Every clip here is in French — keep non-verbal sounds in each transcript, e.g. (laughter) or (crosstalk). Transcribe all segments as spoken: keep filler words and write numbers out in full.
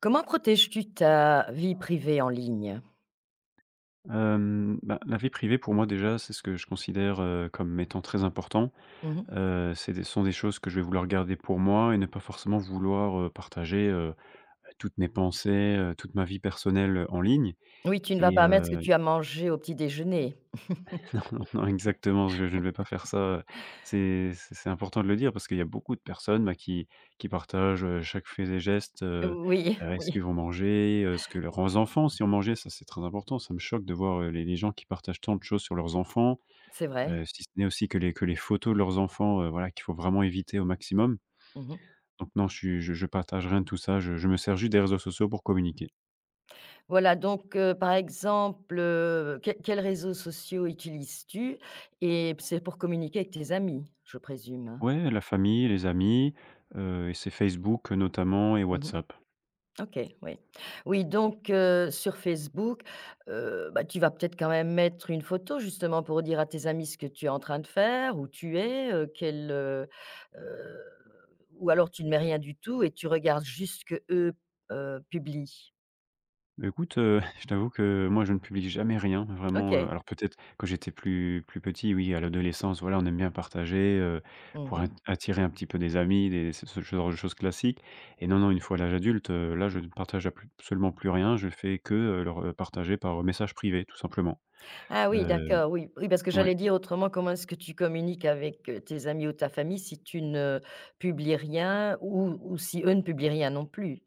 Comment protèges-tu ta vie privée en ligne? Hem, bah, la vie privée pour moi déjà, c'est ce que je considère, heu, comme étant très important. Mmh. Heu, c'est des ce sont des choses que je vais vouloir garder pour moi et ne pas forcément vouloir, heu, partager, heu, toutes mes pensées, heu, toute ma vie personnelle en ligne Oui, tu ne vas et pas heu mettre ce que tu as mangé au petit déjeuner. (laughs) non, non, non, exactement, je je ne vais pas faire ça. C'est c'est c'est important de le dire parce qu'il y a beaucoup de personnes, bah, qui qui partagent, heu, chaque fait et geste, heu Oui, heu, (laughs) est-ce qu'ils oui, vont manger, heu, ce que leurs enfants si on mangeait, ça c'est très important. Ça me choque de voir, heu, les les gens qui partagent tant de choses sur leurs enfants. c'est vrai. Heu, si ce n'est aussi que les que les photos de leurs enfants, heu, voilà, qu'il faut vraiment éviter au maximum. Mmh. Donc non, je suis je je partage rien de tout ça, je je me sers juste des réseaux sociaux pour communiquer. Voilà donc, heu, par exemple, heu, quels quels réseaux sociaux utilises-tu? Et c'est pour communiquer avec tes amis, je présume, hein? Ouais, la famille, les amis, heu et c'est Facebook, euh, notamment et Mmh. WhatsApp. OK, oui. Oui donc, heu, sur Facebook, heu, bah, tu vas peut-être quand même mettre une photo justement pour dire à tes amis ce que tu es en train de faire, où tu es, heu, quel, heu, heu ou alors tu ne mets rien du tout et tu regardes juste ce que eux heu, publient? Bah, écoute, heu, (laughs) je t'avoue que moi je ne publie jamais rien, vraiment, heu, OK. alors peut-être quand j'étais plus plus petit, oui, à l'adolescence, voilà, on aime bien partager, heu, pour at Mmh. attirer un petit peu des amis, des ce ce genre de choses classiques et non, non, une fois à l'âge adulte, heu, là, je ne partage ablu absolument plus rien, je fais que, heu, leur, heu, partager par message privé, tout simplement. Ah oui, Hem, d'accord, oui. Oui, parce que ouais. j'allais dire autrement, comment est-ce que tu communiques avec, heu, tes amis ou ta famille si tu ne publies rien ou ou si eux ne publient rien non plus?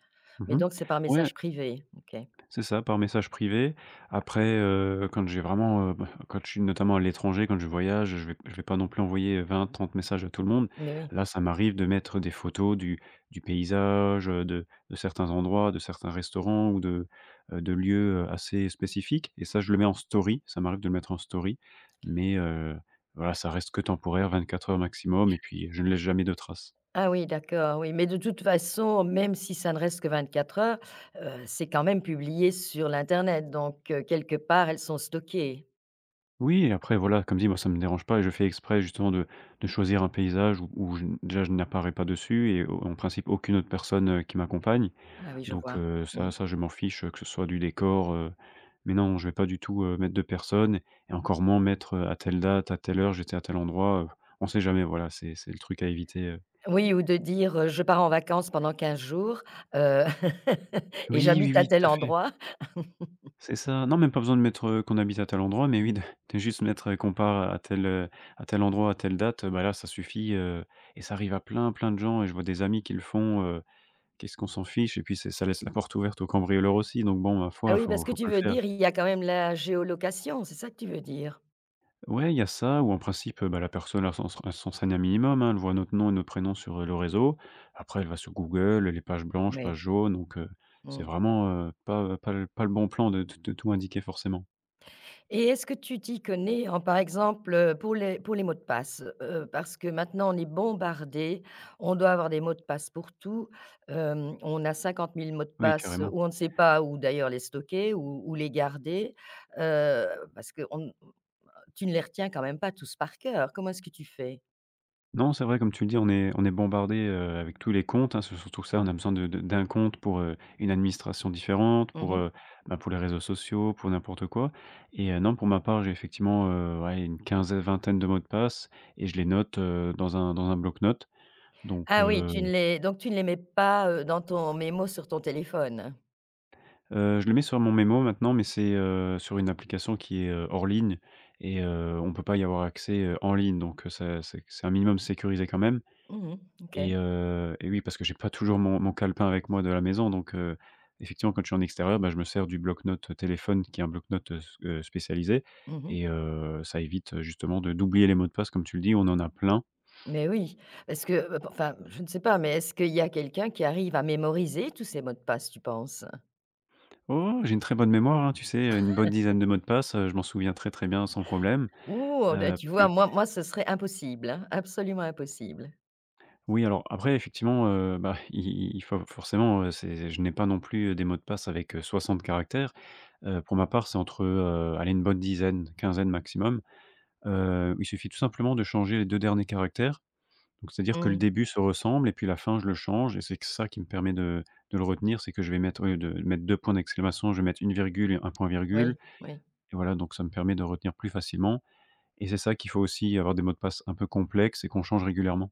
Mais Mmh. donc c'est par Ouais. message privé? OK. C'est ça, par message privé. Après, heu, quand j'ai vraiment, heu, bah, quand je suis notamment à l'étranger, quand je voyage, je vais je vais pas non plus envoyer vingt, trente messages à tout le monde. Mais oui. Là, ça m'arrive de mettre des photos du du paysage, heu, de de certains endroits, de certains restaurants ou de, heu, de lieux, heu, assez spécifiques et ça, je le mets en story. Ça m'arrive de le mettre en story, mais heu, voilà, ça reste que temporaire, vingt-quatre heures maximum et puis je ne laisse jamais de traces. Ah oui, d'accord, oui, mais de toute façon, même si ça ne reste que 24 heures, heu, c'est quand même publié sur l'internet, donc heu, quelque part, elles sont stockées? Oui, après voilà, comme dit, moi ça me dérange pas et je fais exprès justement de de choisir un paysage où où je déjà je n'apparais pas dessus et au en principe aucune autre personne, heu, qui m'accompagne. Ah oui, je Donc vois. heu, Mmh. ça ça je m'en fiche, heu, que ce soit du décor, heu, mais non, je vais pas du tout, heu, mettre de personne et encore moins mettre, heu, à telle date, à telle heure, j'étais à tel endroit, heu, on sait jamais, voilà, c'est c'est le truc à éviter, heu. Oui, ou de dire, heu: «Je pars en vacances pendant quinze jours, heu, (laughs) et Oui, oui, j'habite à oui, tout tel à fait. endroit». C'est ça. Non, même pas besoin de mettre, heu, qu'on habite à tel endroit, mais oui, de de juste mettre, heu, qu'on part à tel, heu, à tel endroit, à telle date, euh, bah, là, ça suffit, heu et ça arrive à plein, plein de gens et je vois des amis qui le font, heu, qu'est-ce qu'on s'en fiche et puis c'est ça laisse la porte ouverte aux cambrioleurs aussi, donc bon, ma Ah foi, oui, faut parce que faut tu pas le veux faire. dire, il y a quand même la géolocation, c'est ça que tu veux dire? Ouais, il y a ça où en principe, euh, bah, la personne, elle s'en elle s'enseigne un minimum, hein, elle voit notre nom et notre prénom sur, heu, le réseau. Après elle va sur Google, les pages blanches, pages Oui, jaunes, donc heu, c'est mmh. vraiment, heu, pas, pas le pas le bon plan de de de tout indiquer forcément. Et est-ce que tu t'y connais en par exemple, heu, pour les pour les mots de passe? Heu, parce que maintenant on est bombardé, on doit avoir des mots de passe pour tout, hem, on a cinquante mille mots de Oui, passe carrément. où on ne sait pas où d'ailleurs les stocker, ou où les garder, heu, parce que ne tu ne les retiens quand même pas tous par cœur. Comment est-ce que tu fais? Non, c'est vrai, comme tu le dis, on est on est bombardé, heu, avec tous les comptes, hein. C'est surtout ça, on a besoin de de d'un compte pour, heu, une administration différente, Mmh pour, mh. heu, bah, pour les réseaux sociaux, pour n'importe quoi et heu, non, pour ma part, j'ai effectivement, heu, ouais, une quinzaine, vingtaine de mots de passe et je les note, heu, dans un dans un bloc-notes, donc, Ah oui, heu tu ne les donc tu ne les mets pas, heu, dans ton mémo sur ton téléphone? heu, je le mets sur mon mémo maintenant, mais c'est, heu, sur une application qui est, heu, hors ligne et heu, on peut pas y avoir accès, heu, en ligne, donc, heu, ça c'est c'est un minimum sécurisé quand même. Mmh mh. OK. Et heu et oui, parce que j'ai pas toujours mon mon calepin avec moi de la maison donc, heu, effectivement, quand je suis en extérieur, bah, je me sers du bloc-notes téléphone qui est un bloc-notes, heu, s heu, spécialisé Mmh mh. et heu, ça évite, heu, justement de d'oublier les mots de passe comme tu le dis, on en a plein. Mais oui, parce que, heu, p enfin, je ne sais pas, mais est-ce qu'il y a quelqu'un qui arrive à mémoriser tous ces mots de passe, tu penses? Oh, j'ai une très bonne mémoire, hein, tu sais, heu, une bonne dizaine de mots de passe, heu, je m'en souviens très, très bien sans problème, Ouh là, heu, tu parce que vois, moi moi, ce serait impossible, hein, absolument impossible. oui, alors après effectivement, heu, bah, (laughs) i i il faut forcément, heu, c'est je n'ai pas non plus, heu, des mots de passe avec, heu, soixante caractères, heu, pour ma part, c'est entre, heu, allez, une bonne dizaine, quinzaine maximum. Heu, il suffit tout simplement de changer les deux derniers caractères. Donc c'est-à-dire que le Mmh. début se ressemble et puis la fin, je le change et c'est que ça qui me permet de de le retenir, c'est que je vais mettre, au lieu de mettre deux points d'exclamation, je vais mettre une virgule et un point virgule, Oui, oui. et voilà, donc ça me permet de retenir plus facilement et c'est ça, qu'il faut aussi avoir des mots de passe un peu complexes et qu'on change régulièrement.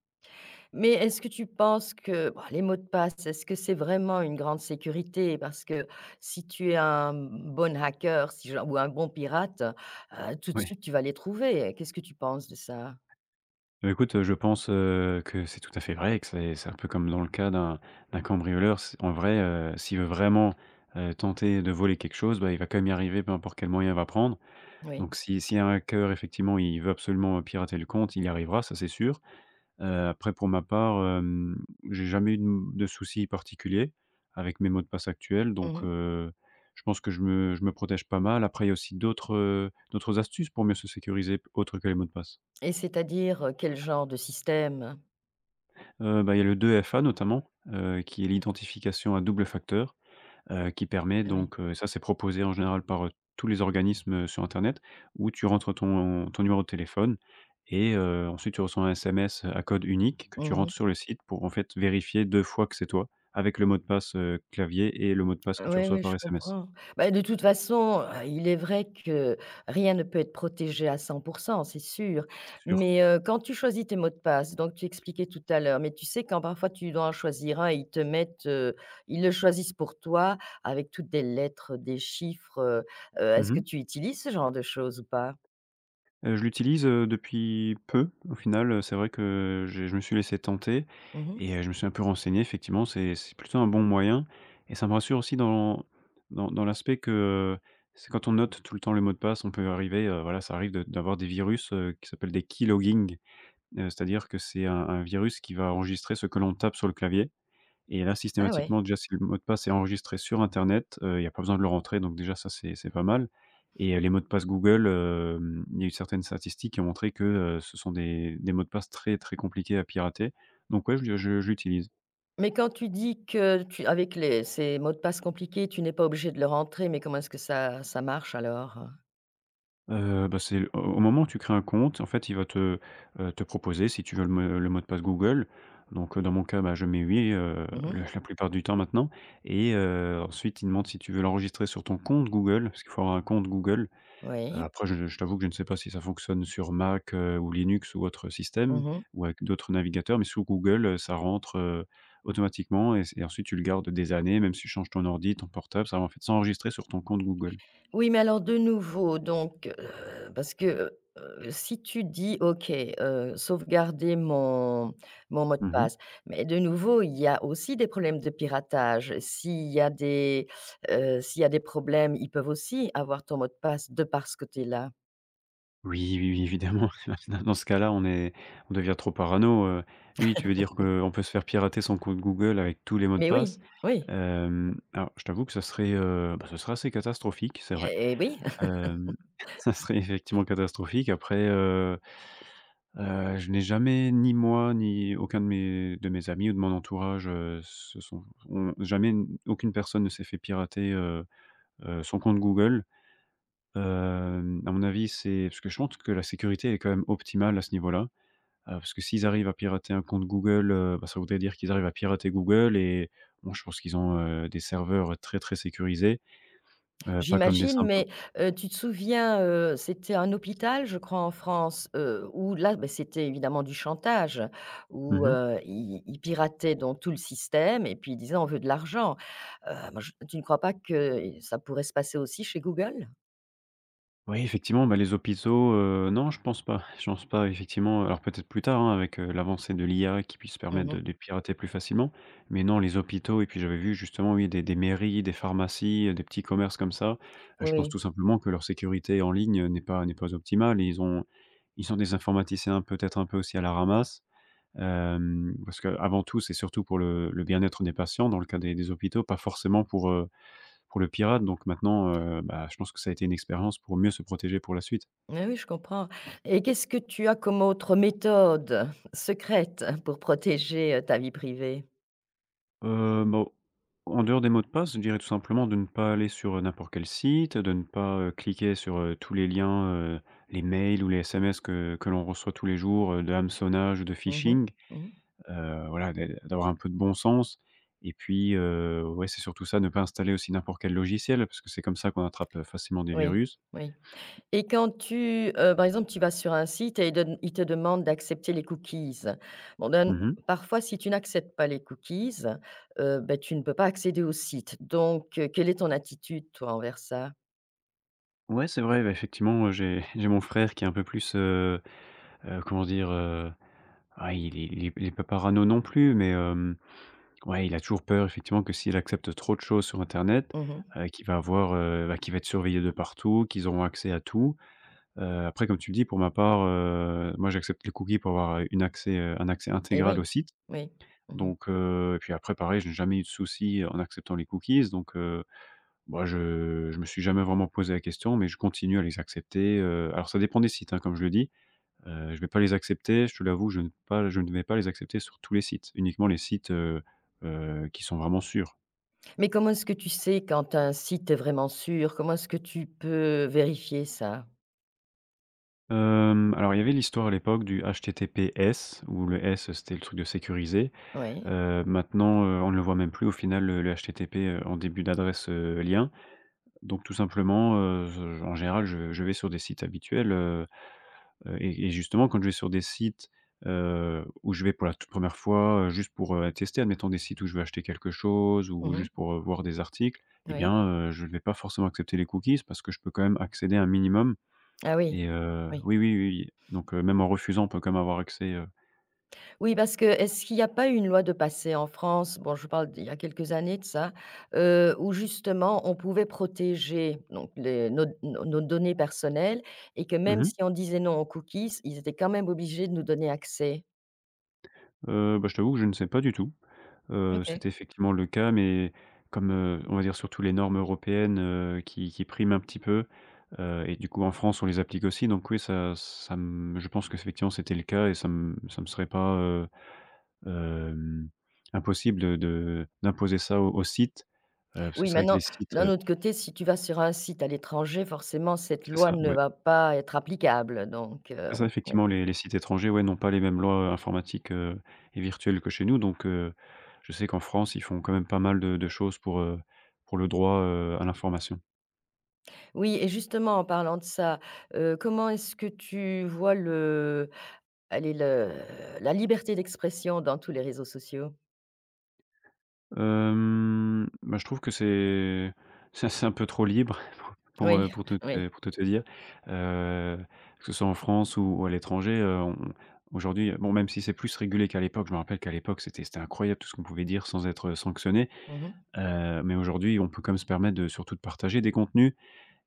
Mais est-ce que tu penses que bah, les mots de passe, est-ce que c'est vraiment une grande sécurité? Parce que si tu es un bon hacker si je ou un bon pirate, heu, tout de Oui. suite, tu vas les trouver. Qu'est-ce que tu penses de ça? Bah, écoute, heu, je pense, heu, que c'est tout à fait vrai et que c'est c'est un peu comme dans le cas d'un d'un cambrioleur. C en vrai, heu, s'il veut vraiment, heu, tenter de voler quelque chose, bah, il va quand même y arriver, peu importe quel moyen il va prendre. Oui. Donc si si un hacker effectivement, il veut absolument pirater le compte, il y arrivera, ça c'est sûr. Heu, après pour ma part, hem, j'ai jamais eu de de soucis particuliers avec mes mots de passe actuels, donc, Mmh. heu, je pense que je me je me protège pas mal. Après il y a aussi d'autres, heu, d'autres astuces pour mieux se sécuriser, p autres que les mots de passe. Et c'est-à-dire, heu, quel genre de système? Heu, bah, il y a le deux F A notamment, heu, qui est l'identification à double facteur. Heu, qui permet Ah oui. donc, heu, ça c'est proposé en général par, heu, tous les organismes, heu, sur internet, où tu rentres ton ton numéro de téléphone et heu, ensuite tu reçois un S M S à code unique que tu Mmh. rentres sur le site pour en fait vérifier deux fois que c'est toi, avec le mot de passe, heu, clavier, et le mot de passe que tu Oui reçois oui, par je S M S. comprends. Bah, de toute façon, heu, il est vrai que rien ne peut être protégé à cent pour cent, c'est sûr. C'est sûr. Mais, heu, quand tu choisis tes mots de passe, donc tu expliquais tout à l'heure, mais tu sais quand parfois tu dois en choisir un, ils te mettent, heu, ils le choisissent pour toi avec toutes des lettres, des chiffres, heu heu, est-ce que Mmh. tu utilises ce genre de choses ou pas? Heu, je l'utilise, heu, depuis peu. Au final, heu, c'est vrai que j'ai je me suis laissé tenter Mmh. et heu, je me suis un peu renseigné. Effectivement, c'est c'est plutôt un bon moyen et ça me rassure aussi dans dans dans l'aspect que, heu, c'est quand on note tout le temps le mot de passe, on peut arriver, heu, voilà, ça arrive de d'avoir des virus, heu, qui s'appellent des keylogging, heu, c'est-à-dire que c'est un un virus qui va enregistrer ce que l'on tape sur le clavier et là, Ah ouais. systématiquement, déjà, si le mot de passe est enregistré sur internet, heu, il y a pas besoin de le rentrer, donc déjà ça, c'est c'est pas mal et heu, les mots de passe Google, hem, il y a eu certaines statistiques qui ont montré que, heu, ce sont des des mots de passe très, très compliqués à pirater, donc ouais, je le je je l'utilise. Mais quand tu dis que tu avec les ces mots de passe compliqués, tu n'es pas obligé de le rentrer, mais comment est-ce que ça ça marche alors? Heu, bah, c'est au au moment où tu crées un compte, en fait, il va te, heu, te proposer si tu veux le me le mot de passe Google, donc, heu, dans mon cas, bah, je mets «oui», heu, la Mmh. la plupart du temps maintenant et heu, ensuite, il demande si tu veux l'enregistrer sur ton compte Google, parce qu'il faut avoir un compte Google. Oui. Après, je je t'avoue que je ne sais pas si ça fonctionne sur Mac, heu, ou Linux ou autre système, Mmh. ou avec d'autres navigateurs, mais sous Google, heu, ça rentre, heu, automatiquement et et ensuite tu le gardes des années, même si tu changes ton ordi, ton portable, ça va en fait s'enregistrer sur ton compte Google. Oui, mais alors de nouveau, donc, heu, parce que, heu, si tu dis: «OK, heu, sauvegarder mon mon mot de Mmh. passe», mais de nouveau, il y a aussi des problèmes de piratage. S'il y a des, heu, s'il y a des problèmes, ils peuvent aussi avoir ton mot de passe de parce que tu es là. Oui, oui, oui, évidemment. (laughs) Dans dans ce cas-là, on est on devient trop parano, heu. Oui, tu veux dire qu'on peut se faire pirater son compte Google avec tous les mots de Mais passe? oui, oui, Hem, alors je t'avoue que ça serait, heu, bah, ce serait assez catastrophique, c'est vrai. et oui. Hem, (laughs) Ça serait effectivement catastrophique. Après, Heu, je n'ai jamais, ni moi, ni aucun de mes de mes amis ou de mon entourage, heu, se sont ont jamais n- aucune personne ne s'est fait pirater, heu heu, son compte Google. Hem, à mon avis, c'est parce que je pense que la sécurité est quand même optimale à ce niveau-là. Heu, parce que s'ils arrivent à pirater un compte Google, heu, bah, ça voudrait dire qu'ils arrivent à pirater Google. Et bon, je pense qu'ils ont, heu, des serveurs très, très sécurisés, heu, pas comme des J'imagine, simples mais, heu, tu te souviens, heu, c'était un hôpital, je crois, en France, heu, où là, beh, c'était évidemment du chantage, où, mmh. heu, ils ils pirataient donc tout le système et puis ils disaient: «On veut de l'argent». Heu, moi je tu ne crois pas que ça pourrait se passer aussi chez Google? Oui, effectivement, bah, les hôpitaux, heu, non, je pense pas. Je pense pas effectivement, alors peut-être plus tard, hein, avec, heu, l'avancée de l'I A qui puisse permettre de Mmh. de pirater plus facilement. Mais non, les hôpitaux, et puis j'avais vu justement, oui, des des mairies, des pharmacies, heu, des petits commerces comme ça. Heu, je pense Oui, tout simplement que leur sécurité en ligne, heu, n'est pas n'est pas optimale, et ils ont ils ont des informaticiens peut-être un peu aussi à la ramasse. Hem, parce qu'avant tout, c'est surtout pour le le bien-être des patients dans le cas des des hôpitaux, pas forcément pour, heu pour le pirate. Donc maintenant, heu, bah, je pense que ça a été une expérience pour mieux se protéger pour la suite. oui, oui, je comprends. Et qu'est-ce que tu as comme autre méthode secrète pour protéger, heu, ta vie privée? Heu, bah, en dehors des mots de passe, je dirais tout simplement de ne pas aller sur, euh, n'importe quel site, de ne pas, heu, cliquer sur, heu, tous les liens, heu, les mails ou les S M S que que l'on reçoit tous les jours, heu, de hameçonnage ou de Mmh mh. phishing. Mmh. Heu, voilà, d'a d'avoir un peu de bon sens, et puis, heu, ouais, c'est surtout ça, ne pas installer aussi n'importe quel logiciel parce que c'est comme ça qu'on attrape, heu, facilement des Oui, virus. oui. Et quand tu, heu, par exemple, tu vas sur un site et il donne il te demande d'accepter les cookies. Bon, ben, Mmh. parfois, si tu n'acceptes pas les cookies, heu, ben, tu ne peux pas accéder au site. Donc heu, quelle est ton attitude, toi, envers ça? Ouais, c'est vrai, bah, effectivement, euh, j'ai (laughs) j'ai mon frère qui est un peu plus, Heu, comment dire? Heu, ouais, il est il est il est pas parano non plus, mais, hem, ouais, il a toujours peur effectivement que s'il accepte trop de choses sur internet, Mmh mh. heu, qu'il va avoir, heu, bah, qu'il va être surveillé de partout, qu'ils auront accès à tout. Heu, après comme tu le dis, pour ma part, heu, moi j'accepte les cookies pour avoir, heu, une accès, heu, un accès Et intégral au oui, site. oui. Mmh. Donc, heu et puis après pareil, je n'ai jamais eu de souci en acceptant les cookies, donc, heu, bah, je je me suis jamais vraiment posé la question, mais je continue à les accepter, heu, alors ça dépend des sites, hein, comme je le dis. Heu, je vais pas les accepter, je te l'avoue, je ne pas je ne vais pas les accepter sur tous les sites, uniquement les sites, heu heu, qui sont vraiment sûrs. Mais comment est-ce que tu sais quand un site est vraiment sûr? Comment est-ce que tu peux vérifier ça? Hem, alors il y avait l'histoire à l'époque du H T T P S, où le S c'était le truc de sécuriser. Oui. Heu, maintenant, heu, on ne le voit même plus au final, le le H T T P, heu, en début d'adresse, heu, lien. Donc tout simplement, heu, je en général je je vais sur des sites habituels, euh, Heu et et justement quand je vais sur des sites, heu, où je vais pour la toute première fois, heu, juste pour, heu, tester, admettons des sites où je veux acheter quelque chose ou Mmh. juste pour, heu, voir des articles, eh Oui. bien, heu, je ne vais pas forcément accepter les cookies parce que je peux quand même accéder à un minimum. Ah oui. Et heu Oui. oui, oui, oui oui. Donc heu, même en refusant, on peut quand même avoir accès, heu. Oui, parce que est-ce qu'il n'y a pas eu une loi de passé en France? Bon, je parle d'il y a quelques années de ça, heu, où justement on pouvait protéger donc les nos nos nos données personnelles et que Mmh même mh. si on disait non aux cookies, ils étaient quand même obligés de nous donner accès. Bah, je t'avoue que je ne sais pas du tout. Heu, OK. C'était effectivement le cas, mais comme, heu, on va dire, surtout les normes européennes, heu, qui qui priment un petit peu, heu et du coup en France on les applique aussi, donc oui, ça ça me je pense que effectivement c'était le cas, et ça me ça me serait pas, heu, hem, impossible de de d'imposer ça aux aux sites, heu, parce que Oui, c'est vrai que les maintenant, sites, d'un heu autre côté, si tu vas sur un site à l'étranger, forcément cette c'est loi ça, ne ouais. va pas être applicable, donc heu, C'est ça oui. effectivement, les les sites étrangers, ouais, n'ont pas les mêmes lois, heu, informatiques, heu et virtuelles que chez nous. Donc heu, je sais qu'en France ils font quand même pas mal de de choses pour, heu, pour le droit, heu, à l'information. Oui, et justement en parlant de ça, heu, comment est-ce que tu vois le Elle est le la liberté d'expression dans tous les réseaux sociaux? Hem, bah, je trouve que c'est c'est c'est un peu trop libre (laughs) pour, Oui, heu, pour tout (laughs) oui. te pour tout te dire. Heu, que ce soit en France ou ou à l'étranger, heu, on aujourd'hui, bon, même si c'est plus régulé qu'à l'époque, je me rappelle qu'à l'époque, c'était c'était incroyable tout ce qu'on pouvait dire sans être euh, sanctionné. Mmh. Heu, mais aujourd'hui, on peut quand même se permettre de, surtout, de partager des contenus,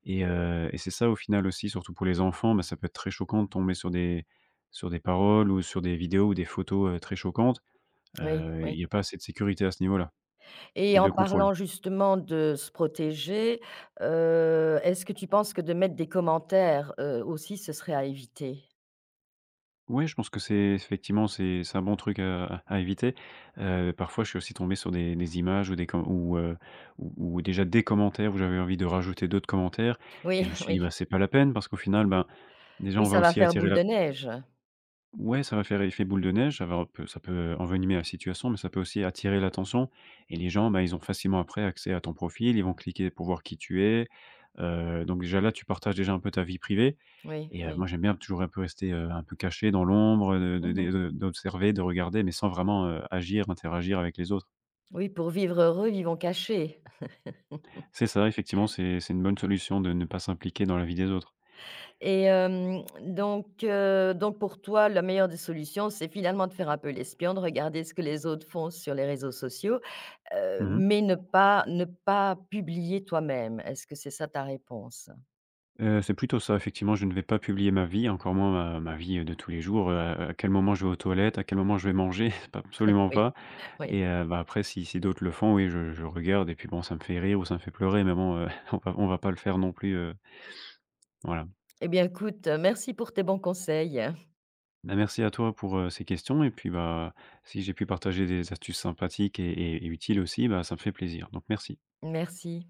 et heu et c'est ça au final aussi, surtout pour les enfants, bah, ça peut être très choquant de tomber sur des sur des paroles ou sur des vidéos ou des photos, heu, très choquantes. Oui, Heu, il oui, n'y a pas assez de sécurité à ce niveau-là et et de en contrôle. parlant justement de se protéger, heu, est-ce que tu penses que de mettre des commentaires, heu, aussi ce serait à éviter? Ouais, je pense que c'est effectivement, c'est c'est un bon truc à à éviter. Heu, parfois, je suis aussi tombé sur des des images ou des com ou, heu, ou ou déjà des commentaires où j'avais envie de rajouter d'autres commentaires, et Oui, je me (laughs) suis dit: oui, «Bah, c'est pas la peine», parce qu'au final, ben, déjà, oui, on va ça va aussi faire attirer boule la de neige. ouais, ça va faire effet boule de neige, ça va un peu, ça peut envenimer la situation, mais ça peut aussi attirer l'attention, et les gens, bah, ils ont facilement après accès à ton profil, ils vont cliquer pour voir qui tu es, heu, donc déjà là, tu partages déjà un peu ta vie privée. Oui, Et heu, oui. moi j'aime bien toujours un peu rester, heu, un peu caché dans l'ombre, de de Mmh. de d'observer, de regarder, mais sans vraiment, heu, agir, interagir avec les autres. Oui, pour vivre heureux, vivons cachés. C'est ça, effectivement, c'est c'est une bonne solution de ne pas s'impliquer dans la vie des autres. Et hem, donc heu, donc pour toi, la meilleure des solutions, c'est finalement de faire un peu l'espion, de regarder ce que les autres font sur les réseaux sociaux, Heu, Mmh mh. mais ne pas ne pas publier toi-même. Est-ce que c'est ça ta réponse? C'est plutôt ça, effectivement, je ne vais pas publier ma vie, encore moins ma ma vie de tous les jours, heu, à quel moment je vais aux toilettes, à quel moment je vais manger, (laughs) pas, absolument Oui, pas. Et oui. heu, bah, après si si d'autres le font, oui, je je regarde et puis bon, ça me fait rire ou ça me fait pleurer, mais bon, heu, (laughs) on va on va pas le faire non plus, heu, voilà. Eh bien écoute, merci pour tes bons conseils. Bah, merci à toi pour, heu, ces questions, et puis, bah, si j'ai pu partager des astuces sympathiques et et et utiles aussi, bah, ça me fait plaisir, donc merci. Merci.